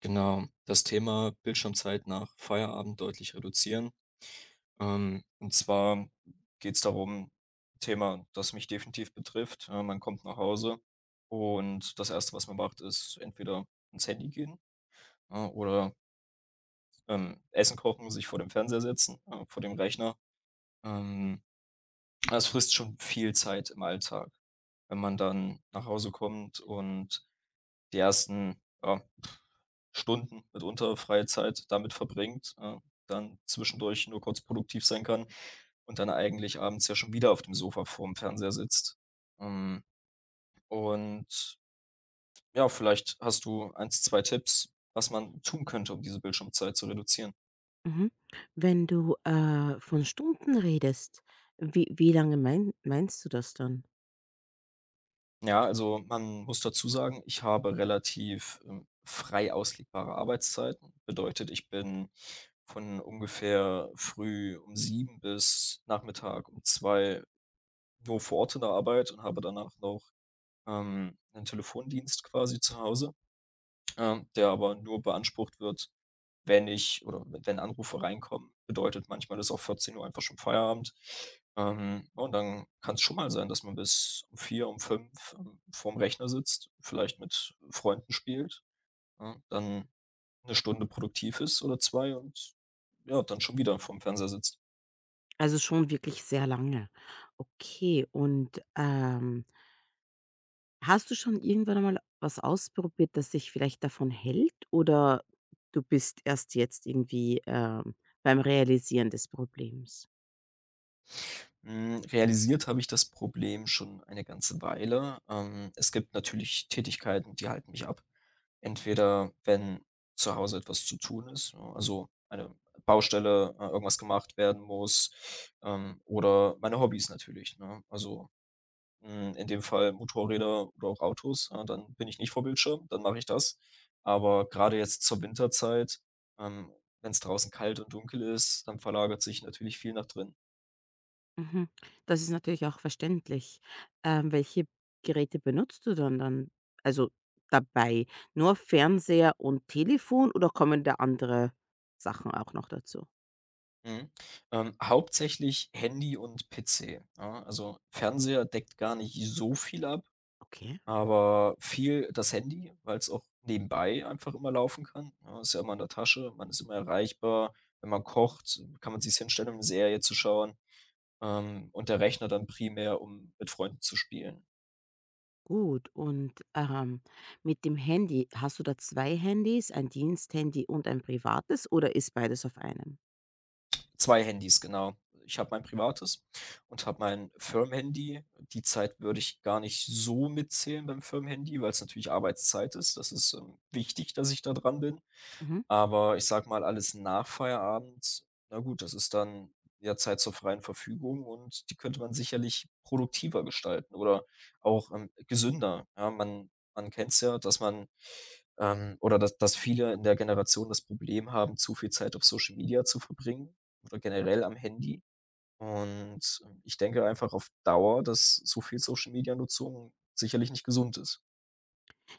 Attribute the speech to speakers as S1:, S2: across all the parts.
S1: Genau, das Thema Bildschirmzeit nach Feierabend deutlich reduzieren. Und zwar geht es darum, Thema, das mich definitiv betrifft. Man kommt nach Hause und das Erste, was man macht, ist entweder ins Handy gehen, oder Essen kochen, sich vor dem Fernseher setzen, vor dem Rechner. Ähm, Das frisst schon viel Zeit im Alltag, wenn man dann nach Hause kommt und die ersten, ja, Stunden mitunter freie Zeit damit verbringt, dann zwischendurch nur kurz produktiv sein kann und dann eigentlich abends ja schon wieder auf dem Sofa vorm Fernseher sitzt. Ähm, und ja, vielleicht hast du eins 2 Tipps, was man tun könnte, um diese Bildschirmzeit zu reduzieren.
S2: Mhm. Wenn du, von Stunden redest, wie lange meinst du das dann?
S1: Ja, also man muss dazu sagen, ich habe relativ, frei auslegbare Arbeitszeiten. Bedeutet, ich bin von ungefähr früh um 7 bis Nachmittag um 2 nur vor Ort in der Arbeit und habe danach noch, 'nen Telefondienst quasi zu Hause, der aber nur beansprucht wird, wenn ich oder wenn Anrufe reinkommen. Bedeutet, manchmal ist auch 14 Uhr einfach schon Feierabend. Und dann kann es schon mal sein, dass man bis um 4, um 5 , vorm Rechner sitzt, vielleicht mit Freunden spielt, ja, dann eine Stunde produktiv ist oder 2 und ja, dann schon wieder vorm Fernseher sitzt.
S2: Also, schon wirklich sehr lange. Okay, und, hast du schon irgendwann einmal was ausprobiert, das dich vielleicht davon hält oder du bist erst jetzt irgendwie, beim Realisieren des Problems?
S1: Realisiert habe ich das Problem schon eine ganze Weile. Es gibt natürlich Tätigkeiten, die halten mich ab. Entweder wenn zu Hause etwas zu tun ist, ne, also eine Baustelle, irgendwas gemacht werden muss, oder meine Hobbys natürlich, ne? Also, in dem Fall Motorräder oder auch Autos, dann bin ich nicht vor Bildschirm, dann mache ich das. Aber gerade jetzt zur Winterzeit, ähm, wenn es draußen kalt und dunkel ist, dann verlagert sich natürlich viel nach drin.
S2: Mhm. Das ist natürlich auch verständlich. Welche Geräte benutzt du dann also, dabei? Nur Fernseher und Telefon oder kommen da andere Sachen auch noch dazu?
S1: Mhm. Hauptsächlich Handy und PC. Ja, also Fernseher deckt gar nicht so viel ab,
S2: Okay,
S1: aber viel das Handy, weil es auch nebenbei einfach immer laufen kann. Ja, ist ja immer in der Tasche, man ist immer erreichbar. Wenn man kocht, kann man sich hinstellen, um 'ne Serie zu schauen, und der Rechner dann primär, um mit Freunden zu spielen.
S2: gut. Und, mit dem Handy, hast du da 2 Handys, ein Diensthandy und ein privates oder ist beides auf einem?
S1: 2 Handys, genau. Ich habe mein privates und habe mein Firmenhandy. Die Zeit würde ich gar nicht so mitzählen beim Firmenhandy, weil es natürlich Arbeitszeit ist. Das ist, wichtig, dass ich da dran bin.
S2: Mhm.
S1: Aber ich sage mal, alles nach Feierabend, na gut, das ist dann ja Zeit zur freien Verfügung und die könnte man sicherlich produktiver gestalten oder auch, gesünder. Ja, man kennt's ja, dass oder dass viele in der Generation das Problem haben, zu viel Zeit auf Social Media zu verbringen oder generell am Handy. Und, ich denke einfach auf Dauer, dass so viel Social Media Nutzung sicherlich nicht gesund ist.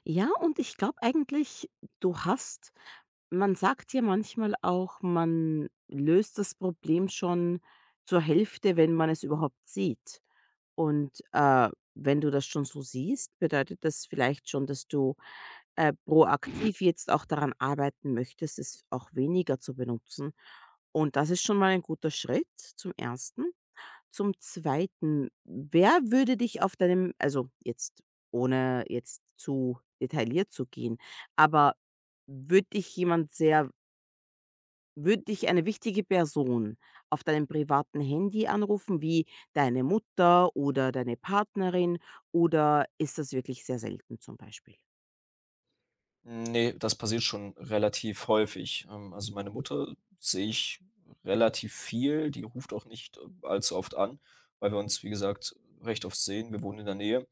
S2: Ja, und ich glaube eigentlich, du hast man sagt ja manchmal auch, man löst das Problem schon zur Hälfte, wenn man es überhaupt sieht. Und, wenn du das schon so siehst, bedeutet das vielleicht schon, dass du, proaktiv jetzt auch daran arbeiten möchtest, es auch weniger zu benutzen. Und das ist schon mal ein guter Schritt zum ersten zum Zweiten, wer würde dich auf deinem also, jetzt ohne jetzt zu detailliert zu gehen, aber würde dich jemand sehr würde dich eine wichtige Person auf deinem privaten Handy anrufen, wie deine Mutter oder deine Partnerin, oder ist das wirklich sehr selten zum Beispiel?
S1: Ne, das passiert schon relativ häufig. Also, meine Mutter sehe ich relativ viel. Die ruft auch nicht allzu oft an, weil wir uns, wie gesagt, recht oft sehen. Wir wohnen in der Nähe.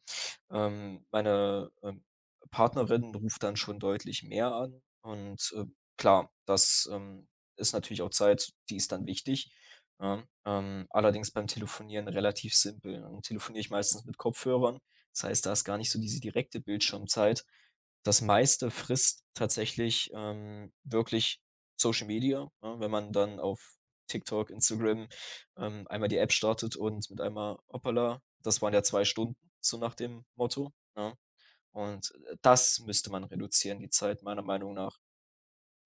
S1: Meine, Partnerin ruft dann schon deutlich mehr an und, klar, das, ist natürlich auch Zeit, die ist dann wichtig, ne? Allerdings beim Telefonieren relativ simpel. Dann telefoniere ich meistens mit Kopfhörern. Das heißt, da ist gar nicht so diese direkte Bildschirmzeit. Das meiste frisst tatsächlich, wirklich Social Media, ne? Wenn man dann auf TikTok, Instagram, einmal die App startet und mit einmal, hoppala, das waren ja 2 Stunden so nach dem Motto, ne? Und, das müsste man reduzieren, die Zeit meiner Meinung nach.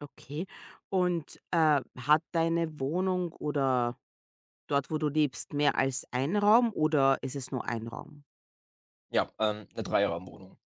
S2: Okay. Und, hat deine Wohnung oder dort, wo du lebst, mehr als ein Raum oder ist es nur ein Raum?
S1: Ja, 'ne Dreierraumwohnung.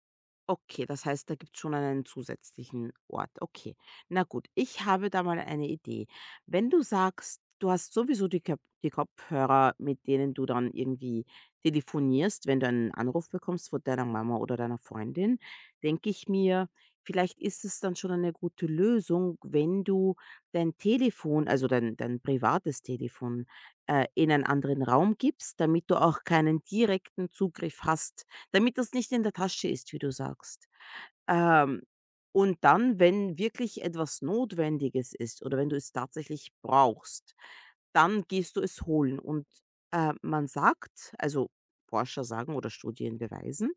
S2: Okay, das heißt, da gibt's schon einen zusätzlichen Ort. Okay. Na gut, ich habe da mal eine Idee. Wenn du sagst, du hast sowieso die Köp die Kopfhörer, mit denen du dann irgendwie telefonierst, wenn du einen Anruf bekommst von deiner Mama oder deiner Freundin, denke ich mir, vielleicht ist es dann schon eine gute Lösung, wenn du dein Telefon, also dein privates Telefon, in einen anderen Raum gibst, damit du auch keinen direkten Zugriff hast, damit das nicht in der Tasche ist, wie du sagst. Ähm, und dann, wenn wirklich etwas Notwendiges ist oder wenn du es tatsächlich brauchst, dann gehst du es holen. Und man sagt, also Forscher sagen oder Studien beweisen,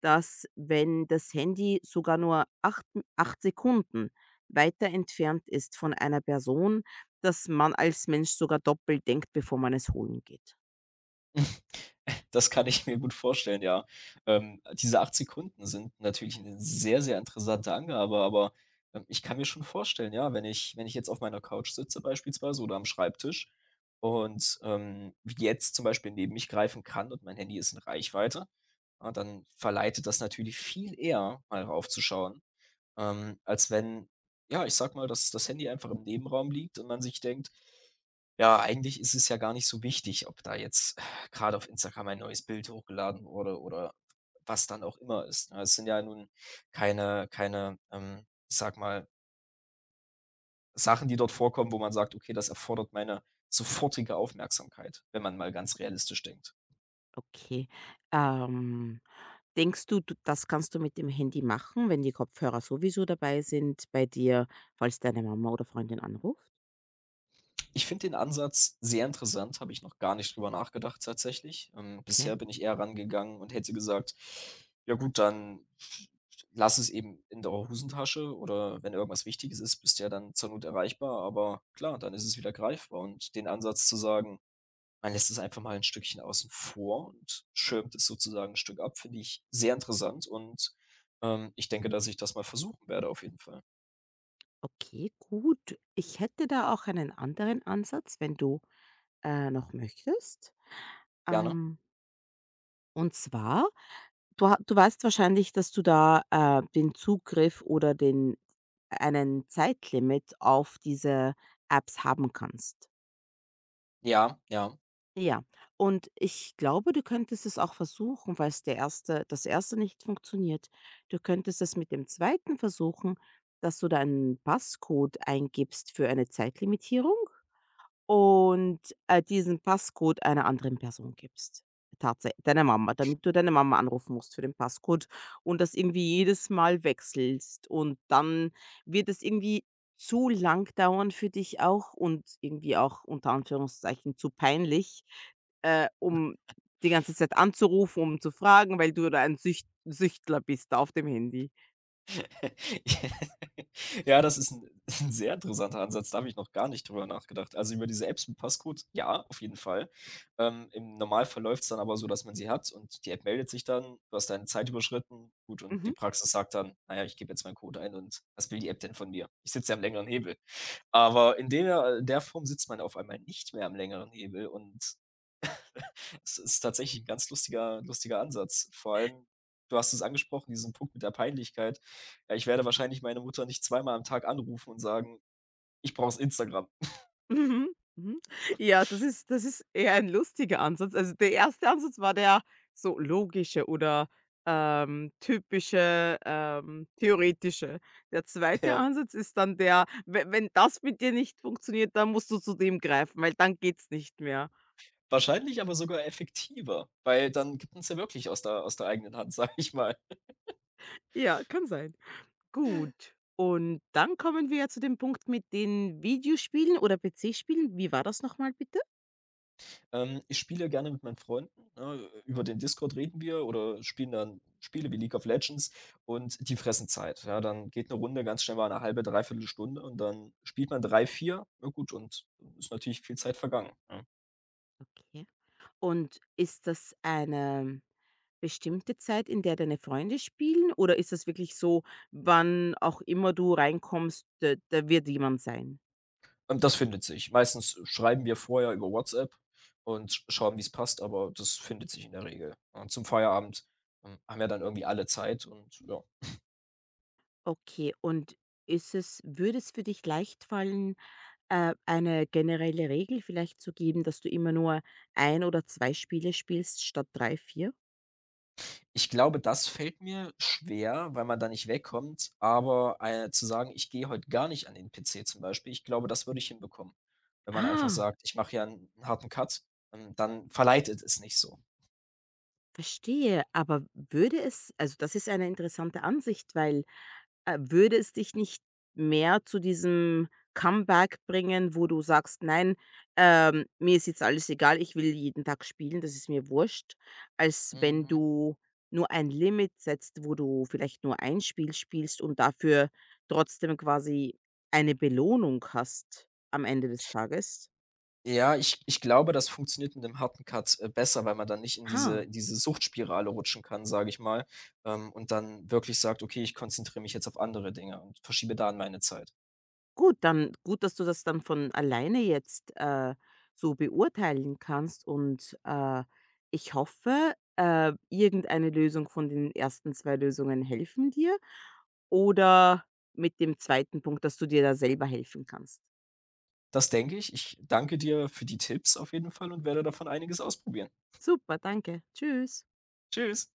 S2: dass, wenn das Handy sogar nur 8 Sekunden weiter entfernt ist von einer Person, dass man als Mensch sogar doppelt denkt, bevor man es holen geht.
S1: Das kann ich mir gut vorstellen, ja. Diese 8 Sekunden sind natürlich eine sehr, sehr interessante Angabe, aber, ich kann mir schon vorstellen, ja, wenn ich jetzt auf meiner Couch sitze beispielsweise oder am Schreibtisch und, jetzt zum Beispiel neben mich greifen kann und mein Handy ist in Reichweite, ja, dann verleitet das natürlich viel eher, mal raufzuschauen. Als wenn, ja, ich sag mal, dass das Handy einfach im Nebenraum liegt und man sich denkt: „Ja, eigentlich ist es ja gar nicht so wichtig, ob da jetzt gerade auf Instagram ein neues Bild hochgeladen wurde oder was dann auch immer ist." Ne? Es sind ja nun keine, ich sag mal, Sachen, die dort vorkommen, wo man sagt: „Okay, das erfordert meine sofortige Aufmerksamkeit", wenn man mal ganz realistisch denkt.
S2: Okay. Ähm, denkst du, das kannst du mit dem Handy machen, wenn die Kopfhörer sowieso dabei sind bei dir, falls deine Mama oder Freundin anruft?
S1: Ich finde den Ansatz sehr interessant, habe ich noch gar nicht drüber nachgedacht tatsächlich.
S2: Okay,
S1: Bisher bin ich eher rangegangen und hätte gesagt: „Ja gut, dann lass es eben in der Hosentasche oder wenn irgendwas Wichtiges ist, bist du ja dann zur Not erreichbar." Aber klar, dann ist es wieder greifbar und den Ansatz zu sagen, man lässt es einfach mal ein Stückchen außen vor und schirmt es sozusagen ein Stück ab, finde ich sehr interessant und, ich denke, dass ich das mal versuchen werde auf jeden Fall.
S2: okay, gut. Ich hätte da auch einen anderen Ansatz, wenn du, noch möchtest.
S1: Gerne.
S2: Ähm, und zwar, du weißt wahrscheinlich, dass du da, den Zugriff oder den einen Zeitlimit auf diese Apps haben kannst.
S1: Ja, ja.
S2: Ja, und ich glaube, du könntest es auch versuchen, weil es das erste nicht funktioniert. Du könntest es mit dem zweiten versuchen, dass du da 'n Passcode eingibst für eine Zeitlimitierung, und, diesen Passcode einer anderen Person gibst. Tatsä Deiner Mama, damit du deine Mama anrufen musst für den Passcode und das irgendwie jedes Mal wechselst und dann wird es irgendwie zu lang dauern für dich auch und irgendwie auch unter Anführungszeichen zu peinlich, um die ganze Zeit anzurufen, um zu fragen, weil du da ein Süchtler bist auf dem Handy.
S1: Ja, das ist ein 'n sehr interessanter Ansatz, da habe ich noch gar nicht drüber nachgedacht. Also, über diese Apps mit Passcode, ja, auf jeden Fall. Im Normalfall läuft's dann aber so, dass man sie hat und die App meldet sich dann: „Du hast deine Zeit überschritten." Gut, und
S2: Mhm.
S1: die Praxis sagt dann: naja, ich gebe jetzt meinen Code ein und was will die App denn von mir? Ich sitze ja am längeren Hebel." Aber in der Form sitzt man auf einmal nicht mehr am längeren Hebel und das ist tatsächlich ein ganz lustiger Ansatz. Vor allem, du hast es angesprochen, diesen Punkt mit der Peinlichkeit. Ja, ich werde wahrscheinlich meine Mutter nicht zweimal am Tag anrufen und sagen: „Ich brauche Instagram."
S2: Mhm, mhm. Ja, das ist eher ein lustiger Ansatz. Also, der erste Ansatz war der so logische oder, typische, theoretische. Der zweite
S1: Ja.
S2: Ansatz ist dann der, we wenn das mit dir nicht funktioniert, dann musst du zu dem greifen, weil dann geht's nicht mehr.
S1: Wahrscheinlich aber sogar effektiver, weil dann gibt man es ja wirklich aus der eigenen Hand, sage ich mal.
S2: Ja, kann sein. Gut, und dann kommen wir ja zu dem Punkt mit den Videospielen oder PC-Spielen. Wie war das nochmal bitte?
S1: Ich spiele gerne mit meinen Freunden, ne? Über den Discord reden wir oder spielen dann Spiele wie League of Legends und die fressen Zeit. Ja, dann geht eine Runde ganz schnell mal eine halbe, dreiviertel Stunde und dann spielt man 3, 4, na gut, und ist natürlich viel Zeit vergangen, ne?
S2: Okay. Und ist das eine bestimmte Zeit, in der deine Freunde spielen oder ist das wirklich so, wann auch immer du reinkommst, da wird jemand sein?
S1: Und das findet sich. Meistens schreiben wir vorher über WhatsApp und schauen, wie es passt, aber das findet sich in der Regel. Und zum Feierabend, haben ja dann irgendwie alle Zeit und ja.
S2: Okay, und ist es würde es für dich leicht fallen, eine generelle Regel vielleicht zu geben, dass du immer nur ein oder 2 Spiele spielst statt 3, 4?
S1: Ich glaube, das fällt mir schwer, weil man da nicht wegkommt, aber, zu sagen: „Ich gehe heute gar nicht an den PC" zum Beispiel, ich glaube, das würde ich hinbekommen. Wenn man einfach
S2: Ah.
S1: sagt: „Ich mache hier einen 'n harten Cut", dann verleitet es nicht so.
S2: Verstehe, aber das ist eine interessante Ansicht, weil, würde es dich nicht mehr zu diesem Comeback bringen, wo du sagst: „Nein, mir ist jetzt alles egal, ich will jeden Tag spielen, das ist mir wurscht“, als wenn
S1: Mhm.
S2: du nur ein Limit setzt, wo du vielleicht nur ein Spiel spielst und dafür trotzdem quasi eine Belohnung hast am Ende des Tages?
S1: Ja, ich glaube, das funktioniert mit dem harten Cut, besser, weil man dann nicht in
S2: Ha.
S1: diese Suchtspirale rutschen kann, sage ich mal, und dann wirklich sagt: „Okay, ich konzentriere mich jetzt auf andere Dinge und verschiebe da an meine Zeit."
S2: Gut, dass du das dann von alleine jetzt, so beurteilen kannst und, ich hoffe, irgendeine Lösung von den ersten 2 Lösungen helfen dir oder mit dem zweiten Punkt, dass du dir da selber helfen kannst.
S1: Das denke ich. Ich danke dir für die Tipps auf jeden Fall und werde davon einiges ausprobieren.
S2: Super, danke. Tschüss.
S1: Tschüss.